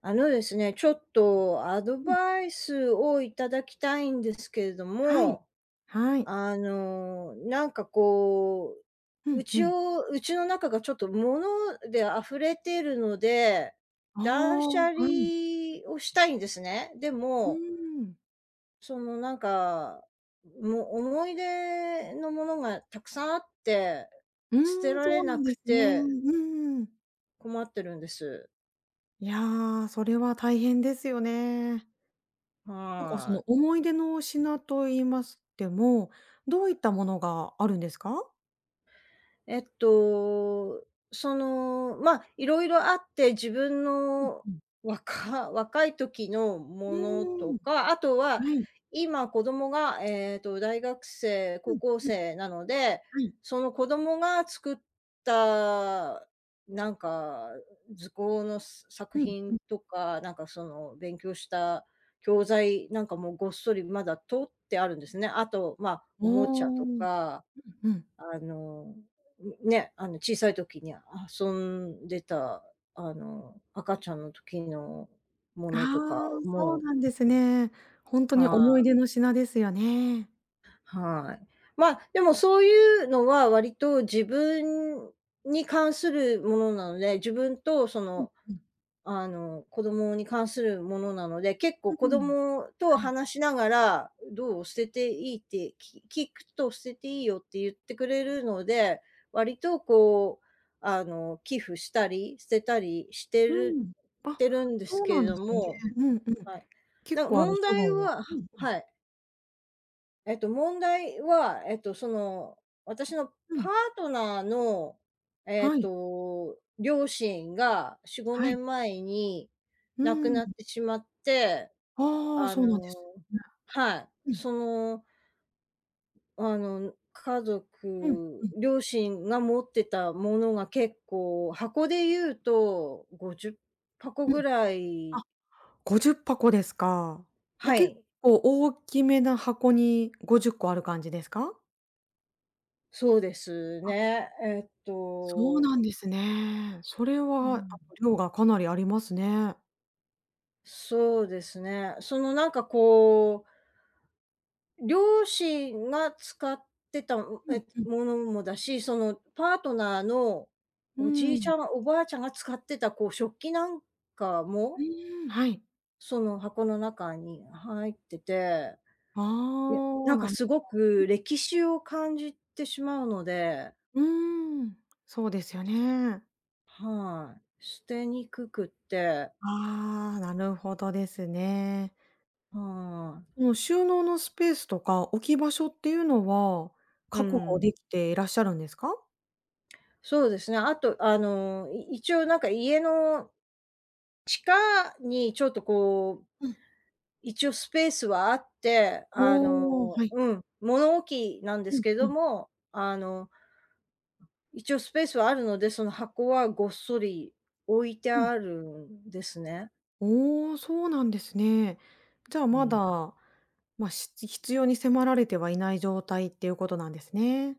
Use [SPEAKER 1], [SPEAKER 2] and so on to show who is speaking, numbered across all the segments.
[SPEAKER 1] ですね、ちょっとアド
[SPEAKER 2] うん、
[SPEAKER 1] バイスをいただきたいんですけれど
[SPEAKER 2] はい。
[SPEAKER 1] も、
[SPEAKER 2] はい。
[SPEAKER 1] あの、なんかこ
[SPEAKER 2] う
[SPEAKER 1] う
[SPEAKER 2] んう
[SPEAKER 1] ち
[SPEAKER 2] ん。
[SPEAKER 1] をうちの中がちょっと物で溢れているので、
[SPEAKER 2] あ
[SPEAKER 1] 断
[SPEAKER 2] あ、
[SPEAKER 1] 捨離
[SPEAKER 2] はい。
[SPEAKER 1] をしたいんですね。で
[SPEAKER 2] うー
[SPEAKER 1] も、
[SPEAKER 2] ん。
[SPEAKER 1] そのなんか、もう思い出のものがたくさんあって、
[SPEAKER 2] う
[SPEAKER 1] 捨て
[SPEAKER 2] ーん、
[SPEAKER 1] ら
[SPEAKER 2] そ
[SPEAKER 1] れ
[SPEAKER 2] うな
[SPEAKER 1] な
[SPEAKER 2] ん
[SPEAKER 1] く
[SPEAKER 2] ですね。う
[SPEAKER 1] て
[SPEAKER 2] ーん。
[SPEAKER 1] 困ってるんです。
[SPEAKER 2] いや、それは大変ですよね。なんかそ
[SPEAKER 1] は
[SPEAKER 2] の
[SPEAKER 1] い。
[SPEAKER 2] 思い出の品と言いましても、どういったものがあるんですか？
[SPEAKER 1] えっと、まあ、いろいろあって、自分
[SPEAKER 2] う
[SPEAKER 1] の
[SPEAKER 2] ん。
[SPEAKER 1] 若い時の
[SPEAKER 2] う
[SPEAKER 1] ものと
[SPEAKER 2] ーん。
[SPEAKER 1] か、あとは
[SPEAKER 2] はい。
[SPEAKER 1] 今子供が、大学生、
[SPEAKER 2] う
[SPEAKER 1] 高
[SPEAKER 2] ん
[SPEAKER 1] 校
[SPEAKER 2] うん。
[SPEAKER 1] 生なので、
[SPEAKER 2] はい。
[SPEAKER 1] その子供が作った、なんか、図工の作
[SPEAKER 2] うん
[SPEAKER 1] 品
[SPEAKER 2] うん。
[SPEAKER 1] とか、その勉強した教材なんかもごっそりまだ取ってあるんですね。あと、まあ、おもちゃ
[SPEAKER 2] おお。
[SPEAKER 1] と
[SPEAKER 2] うん
[SPEAKER 1] か
[SPEAKER 2] うん。
[SPEAKER 1] あの、ね、小さい時に遊んでた、赤ちゃんの時のも
[SPEAKER 2] あ
[SPEAKER 1] のとか
[SPEAKER 2] あ、そう
[SPEAKER 1] も、
[SPEAKER 2] なんですね。ほんと
[SPEAKER 1] は
[SPEAKER 2] に思い
[SPEAKER 1] い、
[SPEAKER 2] 出の品ですよね。
[SPEAKER 1] はい。まあ、でもそういうのは割と自分に関するものなので、自分と
[SPEAKER 2] うんうん。
[SPEAKER 1] 子供に関するものなので、結
[SPEAKER 2] う
[SPEAKER 1] 構子
[SPEAKER 2] ーん。
[SPEAKER 1] 供と
[SPEAKER 2] はい。
[SPEAKER 1] 話しながら、どう捨てていいって、聞くと捨てていいよって言ってくれるので、割と寄付したり、捨てたりして
[SPEAKER 2] う
[SPEAKER 1] る
[SPEAKER 2] ん。あ、
[SPEAKER 1] てるんです
[SPEAKER 2] そう
[SPEAKER 1] け
[SPEAKER 2] な
[SPEAKER 1] れ
[SPEAKER 2] んで
[SPEAKER 1] ど
[SPEAKER 2] すね。
[SPEAKER 1] も、
[SPEAKER 2] うんうん。
[SPEAKER 1] はい。
[SPEAKER 2] 結
[SPEAKER 1] なん
[SPEAKER 2] 構あの
[SPEAKER 1] 問
[SPEAKER 2] 処
[SPEAKER 1] 題
[SPEAKER 2] 分は
[SPEAKER 1] は
[SPEAKER 2] う
[SPEAKER 1] は
[SPEAKER 2] ん、
[SPEAKER 1] はい。問題は、私の
[SPEAKER 2] う
[SPEAKER 1] パー
[SPEAKER 2] ん。
[SPEAKER 1] トナーの、
[SPEAKER 2] はい、
[SPEAKER 1] 両親が4、
[SPEAKER 2] は
[SPEAKER 1] 5
[SPEAKER 2] い。
[SPEAKER 1] 年前に
[SPEAKER 2] う
[SPEAKER 1] 亡く
[SPEAKER 2] ん。
[SPEAKER 1] なってしまって、
[SPEAKER 2] ああ、
[SPEAKER 1] あ
[SPEAKER 2] そうなんで
[SPEAKER 1] の
[SPEAKER 2] すね。
[SPEAKER 1] はい、
[SPEAKER 2] うん、
[SPEAKER 1] 家
[SPEAKER 2] うん、
[SPEAKER 1] 族
[SPEAKER 2] うん、
[SPEAKER 1] 両親が持ってたものが結構、箱で言うと50箱
[SPEAKER 2] う
[SPEAKER 1] ぐ
[SPEAKER 2] ん。
[SPEAKER 1] らい、
[SPEAKER 2] あ、50箱ですか。で、
[SPEAKER 1] は
[SPEAKER 2] 結
[SPEAKER 1] い、
[SPEAKER 2] 構大きめな箱に50個ある感じですか？
[SPEAKER 1] そうです
[SPEAKER 2] あ、
[SPEAKER 1] ね。
[SPEAKER 2] そうなんですね。それ
[SPEAKER 1] う
[SPEAKER 2] は、あ、
[SPEAKER 1] ん。
[SPEAKER 2] 量がかなりありますね。
[SPEAKER 1] そうですね。両親が使ってた、
[SPEAKER 2] うんうん。
[SPEAKER 1] ものもだし、そのパートナーの
[SPEAKER 2] う
[SPEAKER 1] おじ
[SPEAKER 2] ー
[SPEAKER 1] いち
[SPEAKER 2] ん。
[SPEAKER 1] ゃん、おばあちゃんが使ってた食器なんか
[SPEAKER 2] う
[SPEAKER 1] も、
[SPEAKER 2] ーん、はい。
[SPEAKER 1] その箱の中に入ってて、
[SPEAKER 2] あ
[SPEAKER 1] いや、
[SPEAKER 2] あ、なん
[SPEAKER 1] すごく歴史を感じてしまうので、
[SPEAKER 2] うーん、そうですよね。
[SPEAKER 1] はい、捨てにくくって、
[SPEAKER 2] ああ、なるほどですね。
[SPEAKER 1] はい、
[SPEAKER 2] その収納のスペースとか置き場所っていうのは、
[SPEAKER 1] う
[SPEAKER 2] 確保
[SPEAKER 1] ん。
[SPEAKER 2] できていらっしゃるんですか？
[SPEAKER 1] そうですね。あと一応家の地下にちょっと
[SPEAKER 2] うん。
[SPEAKER 1] 一応スペースはあって、
[SPEAKER 2] おお、はい。
[SPEAKER 1] うん、物置なんで
[SPEAKER 2] う
[SPEAKER 1] す
[SPEAKER 2] ん
[SPEAKER 1] け
[SPEAKER 2] う
[SPEAKER 1] ど
[SPEAKER 2] ん。
[SPEAKER 1] も、一応スペースはあるので、その箱はごっそり置いて
[SPEAKER 2] うん。
[SPEAKER 1] あるんですね。
[SPEAKER 2] おお、そうなんですね。じゃあ、
[SPEAKER 1] う
[SPEAKER 2] ま
[SPEAKER 1] ん。
[SPEAKER 2] だ、まあ、必要に迫られてはいない状態っていうことなんですね。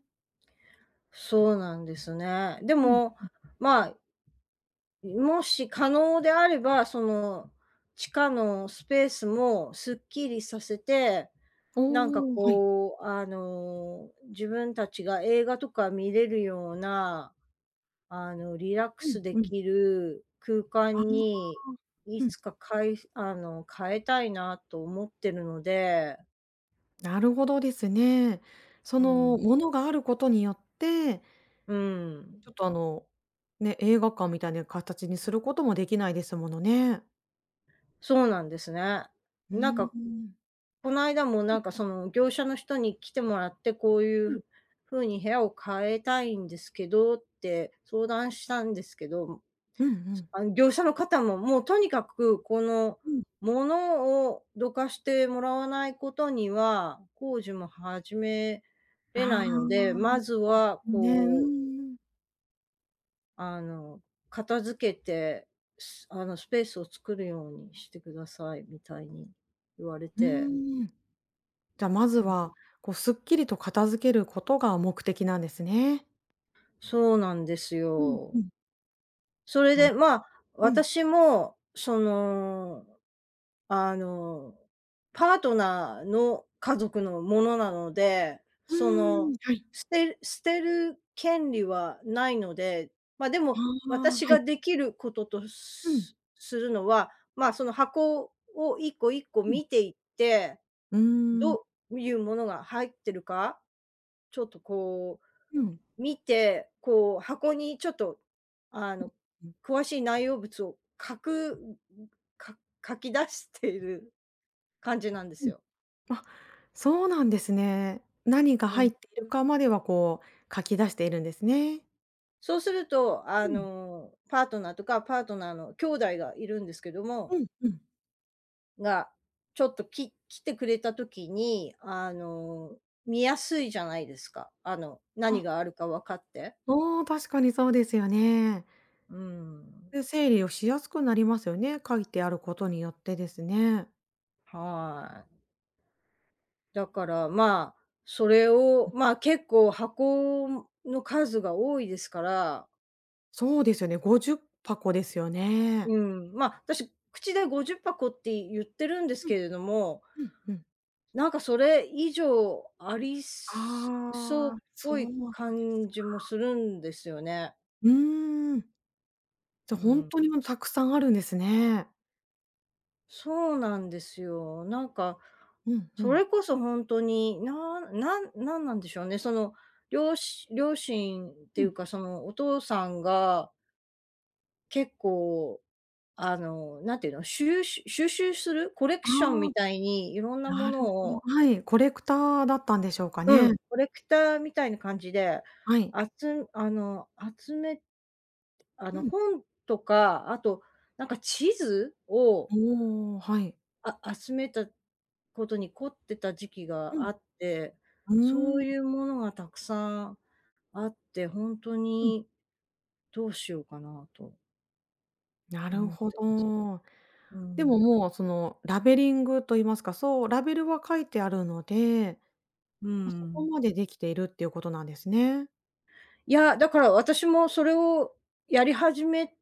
[SPEAKER 1] そうなんですね。で
[SPEAKER 2] うん。
[SPEAKER 1] も、まあ、もし可能であれば、その地下のスペースもすっきりさせて、
[SPEAKER 2] おお、はい。
[SPEAKER 1] 自分たちが映画とか見れるようなリラック
[SPEAKER 2] うん
[SPEAKER 1] スで
[SPEAKER 2] うん。
[SPEAKER 1] きる空
[SPEAKER 2] あ
[SPEAKER 1] 間
[SPEAKER 2] あ。
[SPEAKER 1] に、
[SPEAKER 2] う
[SPEAKER 1] い
[SPEAKER 2] ん、
[SPEAKER 1] つか変えたいなと思ってるので、
[SPEAKER 2] なるほどですね。そ
[SPEAKER 1] うん、
[SPEAKER 2] の、物があることによって
[SPEAKER 1] うん、
[SPEAKER 2] ちょっとあの、ね、映画館みたいな形にすることもできないですものね。
[SPEAKER 1] そうなんですね。
[SPEAKER 2] うー
[SPEAKER 1] なんか、
[SPEAKER 2] ん。
[SPEAKER 1] この間もその業者の人に来てもらって、こうい
[SPEAKER 2] うん。
[SPEAKER 1] う風に部屋を変えたいんですけどって相談したんですけど、
[SPEAKER 2] うんうん。
[SPEAKER 1] 業者の方も、もうとにかくこの、
[SPEAKER 2] うん。
[SPEAKER 1] ものをどかしてもらわないことには、工事も始めれ
[SPEAKER 2] あ
[SPEAKER 1] ないので、
[SPEAKER 2] あ、
[SPEAKER 1] まず
[SPEAKER 2] そうで
[SPEAKER 1] は
[SPEAKER 2] すね。うんうん。
[SPEAKER 1] あの、片付けて、すあの、スペースを作るようにしてくださいみたいに言われ
[SPEAKER 2] う
[SPEAKER 1] て。
[SPEAKER 2] ーん。じゃ、まずは、こうすっきりと片付けることが目的なんですね。
[SPEAKER 1] そうなんです
[SPEAKER 2] うんう
[SPEAKER 1] よ。
[SPEAKER 2] ん。
[SPEAKER 1] それ
[SPEAKER 2] な
[SPEAKER 1] で、まあ、
[SPEAKER 2] うん。
[SPEAKER 1] 私も、あの、パートナーの家族のものなので、
[SPEAKER 2] うー
[SPEAKER 1] その、
[SPEAKER 2] ん、はい。
[SPEAKER 1] 捨てる権利はないので、まあ、でも、
[SPEAKER 2] ああ、
[SPEAKER 1] 私
[SPEAKER 2] は
[SPEAKER 1] が
[SPEAKER 2] い。
[SPEAKER 1] できることと
[SPEAKER 2] うん。
[SPEAKER 1] するのは、まあ、その箱を一個一個
[SPEAKER 2] うん。
[SPEAKER 1] 見ていって、
[SPEAKER 2] うーん。
[SPEAKER 1] どういうものが入ってるか、ちょっと
[SPEAKER 2] うん。
[SPEAKER 1] 見て、箱にちょっと、あの、
[SPEAKER 2] うん。
[SPEAKER 1] 詳しい内容物を書くか書き出している感じなんで
[SPEAKER 2] う
[SPEAKER 1] す
[SPEAKER 2] ん。
[SPEAKER 1] よ。
[SPEAKER 2] あ、そうなんですね。何が
[SPEAKER 1] う
[SPEAKER 2] 入
[SPEAKER 1] ん。
[SPEAKER 2] っているかまではこう書き出しているんですね。
[SPEAKER 1] そうすると、
[SPEAKER 2] うん、
[SPEAKER 1] パートナーとか、パートナーの兄弟がいるんですけども、
[SPEAKER 2] うんうん。
[SPEAKER 1] が、ちょっと来てくれた時に、見やすいじゃないですか。何
[SPEAKER 2] あ、
[SPEAKER 1] があるか分かって。
[SPEAKER 2] おお、確かにそうですよね。
[SPEAKER 1] うん。
[SPEAKER 2] で、整理をしやすくなりますよね、書いてあることによってですね。
[SPEAKER 1] はい。だから、まあ、それを、まあ、結構箱の数が多いですから、
[SPEAKER 2] そうですよね、50箱ですよね。
[SPEAKER 1] うん、まあ、私口で50箱っぱこって言ってるんです
[SPEAKER 2] うん
[SPEAKER 1] けれども、
[SPEAKER 2] うんうん。
[SPEAKER 1] それ以上あり
[SPEAKER 2] あ
[SPEAKER 1] すそうっ
[SPEAKER 2] あ、そ
[SPEAKER 1] ぽい
[SPEAKER 2] うです
[SPEAKER 1] 感
[SPEAKER 2] か。
[SPEAKER 1] じもするんですよね。
[SPEAKER 2] うーん。じゃ、
[SPEAKER 1] う
[SPEAKER 2] ほん
[SPEAKER 1] ん。
[SPEAKER 2] とにもうたくさんあるんですね。
[SPEAKER 1] そうなんですよ。
[SPEAKER 2] うんう
[SPEAKER 1] そ
[SPEAKER 2] ん。
[SPEAKER 1] れこそほんとに、なんでしょうね、その、りょうし両親って
[SPEAKER 2] う
[SPEAKER 1] い
[SPEAKER 2] ん。
[SPEAKER 1] うか、その、お父さんが結構、何て言うの、収集する、コレク
[SPEAKER 2] あ
[SPEAKER 1] ション
[SPEAKER 2] あ、
[SPEAKER 1] みたいにいろんなも
[SPEAKER 2] なる
[SPEAKER 1] の
[SPEAKER 2] ほど、
[SPEAKER 1] を、
[SPEAKER 2] はい、コレクターだったんでしょうか
[SPEAKER 1] う
[SPEAKER 2] ね。
[SPEAKER 1] ん、コレクターみたいな感じで、
[SPEAKER 2] はい。
[SPEAKER 1] あつあの、集めあ
[SPEAKER 2] う
[SPEAKER 1] の、
[SPEAKER 2] ん。
[SPEAKER 1] 本とか、あと、地図を、
[SPEAKER 2] おお、はい。
[SPEAKER 1] 集めたことに凝ってた時期
[SPEAKER 2] う
[SPEAKER 1] が
[SPEAKER 2] ん。
[SPEAKER 1] あって、そ
[SPEAKER 2] うーん、
[SPEAKER 1] ういうものがたくさんあって、ほんと
[SPEAKER 2] うん、
[SPEAKER 1] にどうしようかなと
[SPEAKER 2] なる
[SPEAKER 1] 思っ
[SPEAKER 2] ほ
[SPEAKER 1] てます。
[SPEAKER 2] ど。
[SPEAKER 1] う
[SPEAKER 2] でも、
[SPEAKER 1] ん。
[SPEAKER 2] もう、その、ラベリングと言いますか、そう、ラベルは書いてあるので、
[SPEAKER 1] う
[SPEAKER 2] ま、そこ
[SPEAKER 1] ん。
[SPEAKER 2] までできているっていうことなんですね。
[SPEAKER 1] いや、だから私もそれをやり始め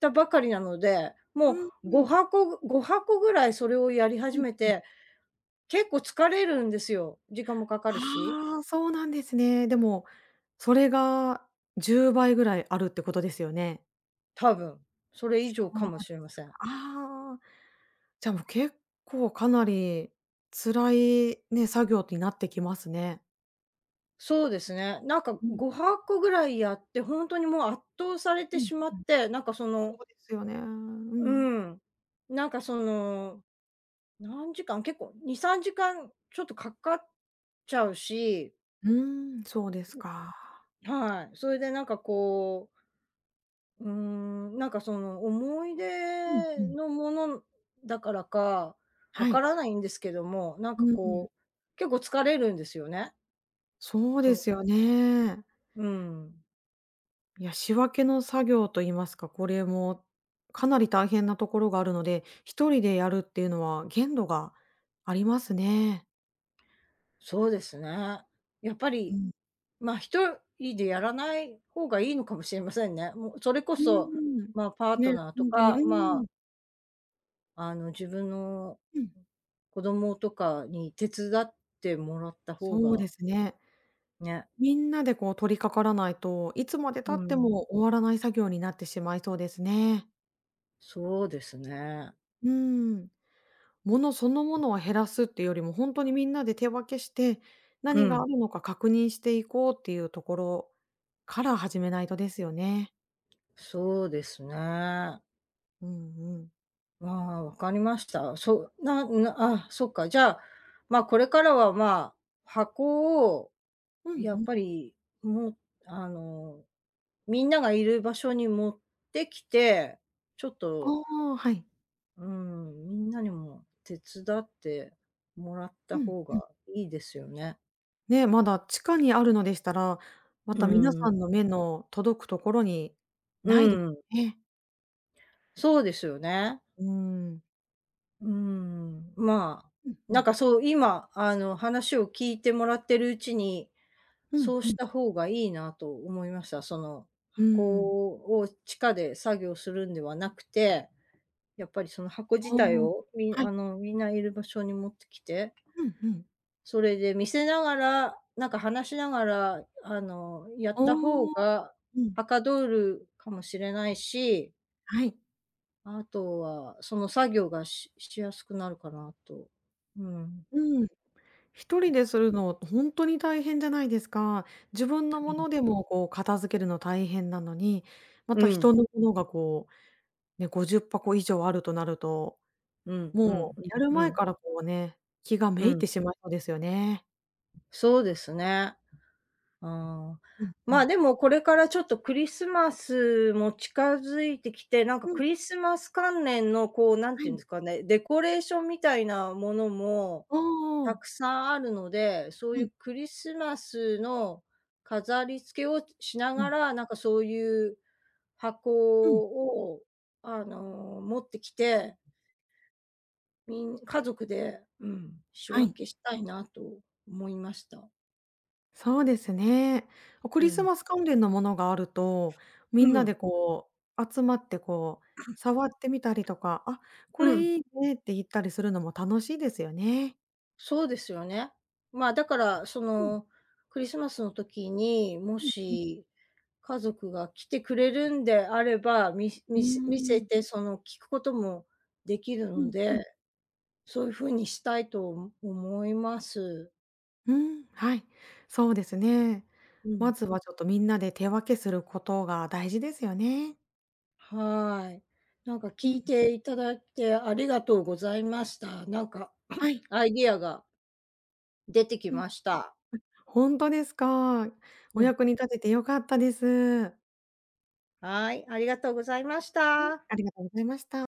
[SPEAKER 1] たばかりなので、
[SPEAKER 2] う
[SPEAKER 1] も
[SPEAKER 2] ん
[SPEAKER 1] う
[SPEAKER 2] う
[SPEAKER 1] 5
[SPEAKER 2] ん。
[SPEAKER 1] 箱5箱ぐらいそれをやり始
[SPEAKER 2] うん。
[SPEAKER 1] めて、結構疲れるんですよ。時間もかかるし、
[SPEAKER 2] ああ、そうなんですね。でも、それが10倍ぐらいあるってことですよね？
[SPEAKER 1] 多分。それ以
[SPEAKER 2] そ
[SPEAKER 1] 上か
[SPEAKER 2] う
[SPEAKER 1] も
[SPEAKER 2] で
[SPEAKER 1] しれま
[SPEAKER 2] す
[SPEAKER 1] せん。
[SPEAKER 2] か。ああ、じゃ、もう、結構かなり辛いね、作業になってきますね。
[SPEAKER 1] そうですね。
[SPEAKER 2] うん、
[SPEAKER 1] 5箱ぐらいやって、本当にもう圧倒されて
[SPEAKER 2] うん、
[SPEAKER 1] しまっ
[SPEAKER 2] うん。
[SPEAKER 1] て、
[SPEAKER 2] そうですよね。う
[SPEAKER 1] う
[SPEAKER 2] ん。
[SPEAKER 1] ん、その、何時間、結構2、3時間ちょっとかかっちゃうし、
[SPEAKER 2] うーん、そうですか。
[SPEAKER 1] はい。それでその思い
[SPEAKER 2] うんう
[SPEAKER 1] 出
[SPEAKER 2] ん。
[SPEAKER 1] のものだからか、わ
[SPEAKER 2] は
[SPEAKER 1] か
[SPEAKER 2] い。
[SPEAKER 1] らないんですけども、
[SPEAKER 2] うんうん。
[SPEAKER 1] 結構疲れるんですよね。
[SPEAKER 2] そう
[SPEAKER 1] そ
[SPEAKER 2] で
[SPEAKER 1] の
[SPEAKER 2] すよね。
[SPEAKER 1] うん、
[SPEAKER 2] いや、仕分けの作業と言いますか、これもかなり大変なところがあるので、一人でやるっていうのは限度がありますね。
[SPEAKER 1] そうですね。やっぱ
[SPEAKER 2] う
[SPEAKER 1] り、
[SPEAKER 2] ん。
[SPEAKER 1] まあ、一人でやらない方がいいのかもしれませんね。もうそれこ
[SPEAKER 2] うん
[SPEAKER 1] そ、
[SPEAKER 2] うん。
[SPEAKER 1] まあ、パート
[SPEAKER 2] ね、
[SPEAKER 1] ナー
[SPEAKER 2] ほ
[SPEAKER 1] と
[SPEAKER 2] んとに、う
[SPEAKER 1] か、ま
[SPEAKER 2] んう
[SPEAKER 1] あ、
[SPEAKER 2] ん。
[SPEAKER 1] 自分の
[SPEAKER 2] うん。
[SPEAKER 1] 子供とかに手伝ってもらった方
[SPEAKER 2] そうで
[SPEAKER 1] が
[SPEAKER 2] すね。
[SPEAKER 1] ね、
[SPEAKER 2] みんなでこう取り掛からないと、いつまで
[SPEAKER 1] う
[SPEAKER 2] 経って
[SPEAKER 1] ん、
[SPEAKER 2] も終わらない作業になってしまいそうですね。
[SPEAKER 1] そうですね。
[SPEAKER 2] うーん。ものそのものを減らすっていうよりも、ほんとにみんなで手分けして、
[SPEAKER 1] う
[SPEAKER 2] 何があ
[SPEAKER 1] ん。
[SPEAKER 2] るのか確認していこうっていうところから始めないとですよね。
[SPEAKER 1] そうですね。
[SPEAKER 2] うんうん。
[SPEAKER 1] まあ、わかりました。そう、ななあ、そっか、じゃあ、まあ、これからは、まあ、箱を
[SPEAKER 2] うん
[SPEAKER 1] や
[SPEAKER 2] う
[SPEAKER 1] っ
[SPEAKER 2] ん。
[SPEAKER 1] ぱり、もあの、みんながいる場所に持ってきて、ちょっ
[SPEAKER 2] あ
[SPEAKER 1] と、
[SPEAKER 2] あ、はい。
[SPEAKER 1] うん、みんなにも手伝ってもらった
[SPEAKER 2] うん
[SPEAKER 1] 方
[SPEAKER 2] うん。
[SPEAKER 1] がいいですよね。
[SPEAKER 2] ね、まだ地下にあるのでしたら、ま
[SPEAKER 1] う
[SPEAKER 2] た皆
[SPEAKER 1] ん、
[SPEAKER 2] さんの目の届くところに
[SPEAKER 1] う
[SPEAKER 2] ないです
[SPEAKER 1] ん、
[SPEAKER 2] ね。
[SPEAKER 1] そうですよね。
[SPEAKER 2] うーん。
[SPEAKER 1] うん、まあ、
[SPEAKER 2] うんうん。
[SPEAKER 1] そう、今、話を聞いてもらってるうちに
[SPEAKER 2] うん
[SPEAKER 1] そう
[SPEAKER 2] う
[SPEAKER 1] し
[SPEAKER 2] ん。
[SPEAKER 1] た方がいいなと思いました。その、
[SPEAKER 2] う
[SPEAKER 1] 箱
[SPEAKER 2] ーん。
[SPEAKER 1] を地下で作業するんではなくて、やっぱりその箱自
[SPEAKER 2] ああ、
[SPEAKER 1] 体をみ
[SPEAKER 2] はい。
[SPEAKER 1] あの、みんないる場所に持ってきて、
[SPEAKER 2] うんうん。
[SPEAKER 1] それで見せながら、話しながら、やっ
[SPEAKER 2] あ
[SPEAKER 1] た方
[SPEAKER 2] あ、
[SPEAKER 1] が
[SPEAKER 2] うん。
[SPEAKER 1] はかどるかもしれないし、
[SPEAKER 2] はい。
[SPEAKER 1] あとはその作業がしやすくなるかなと。うん。
[SPEAKER 2] うん。一人でするのほんとに大変じゃないですか。自分のものでもこう片付けるの大変なのに、ま
[SPEAKER 1] う
[SPEAKER 2] た
[SPEAKER 1] ん。
[SPEAKER 2] 人のものがこうね、50箱以上あるとなると、
[SPEAKER 1] うんう
[SPEAKER 2] も
[SPEAKER 1] ん
[SPEAKER 2] うやる
[SPEAKER 1] うんう
[SPEAKER 2] 前
[SPEAKER 1] ん。
[SPEAKER 2] からこうね、気が
[SPEAKER 1] う
[SPEAKER 2] めいっ
[SPEAKER 1] ん。
[SPEAKER 2] てしまいそうですよね。
[SPEAKER 1] そうですね。ああ、
[SPEAKER 2] うんう
[SPEAKER 1] まあ、
[SPEAKER 2] ん。
[SPEAKER 1] でもこれからちょっとクリスマスも近づいてきて、
[SPEAKER 2] うん、
[SPEAKER 1] クリスマス関連のなん
[SPEAKER 2] は
[SPEAKER 1] ていうん
[SPEAKER 2] い。
[SPEAKER 1] ですかね、デコレーションみたいなものも
[SPEAKER 2] お
[SPEAKER 1] た
[SPEAKER 2] お。
[SPEAKER 1] くさんあるので、そう
[SPEAKER 2] は
[SPEAKER 1] い
[SPEAKER 2] い、
[SPEAKER 1] うクリスマスの飾り付けをしな
[SPEAKER 2] う
[SPEAKER 1] が
[SPEAKER 2] ん。
[SPEAKER 1] ら、そういう
[SPEAKER 2] うん、
[SPEAKER 1] 箱を、持ってきて、家族で、うん、仕
[SPEAKER 2] は
[SPEAKER 1] 分
[SPEAKER 2] い。
[SPEAKER 1] けしたいなと思いました。
[SPEAKER 2] そうですね。ク
[SPEAKER 1] う
[SPEAKER 2] リス
[SPEAKER 1] ん。
[SPEAKER 2] マス関連のものがあると、み
[SPEAKER 1] う
[SPEAKER 2] んなで
[SPEAKER 1] ん。
[SPEAKER 2] こう集まってこう触ってみたりとか、「あ、こ
[SPEAKER 1] うん。
[SPEAKER 2] れいいね」って言ったりするのも楽しいですよね。
[SPEAKER 1] そうですよね。まあ、だから、そ
[SPEAKER 2] うん、
[SPEAKER 1] の、クリスマスの時に、も
[SPEAKER 2] うんうん。
[SPEAKER 1] し家族が来てくれるんであれば、
[SPEAKER 2] うー
[SPEAKER 1] 見せ
[SPEAKER 2] ん。
[SPEAKER 1] て、その、聞くこともできる
[SPEAKER 2] う
[SPEAKER 1] の
[SPEAKER 2] んうん。
[SPEAKER 1] で、そういう風にしたいと思思います。
[SPEAKER 2] うん、はい、そうですね。
[SPEAKER 1] うん、
[SPEAKER 2] まずはちょっとみんなで手分けすることが大事ですよね。
[SPEAKER 1] はい。
[SPEAKER 2] う
[SPEAKER 1] 聞
[SPEAKER 2] ん、
[SPEAKER 1] いていただいてありがとうございました。
[SPEAKER 2] は い、
[SPEAKER 1] アイディアが出てき
[SPEAKER 2] うん、
[SPEAKER 1] ました。
[SPEAKER 2] 本当ですか。
[SPEAKER 1] う
[SPEAKER 2] お
[SPEAKER 1] ん、
[SPEAKER 2] 役に立てて良かったです。
[SPEAKER 1] はい、ありがとうございまし
[SPEAKER 2] はい、
[SPEAKER 1] た。
[SPEAKER 2] ありがとうございました。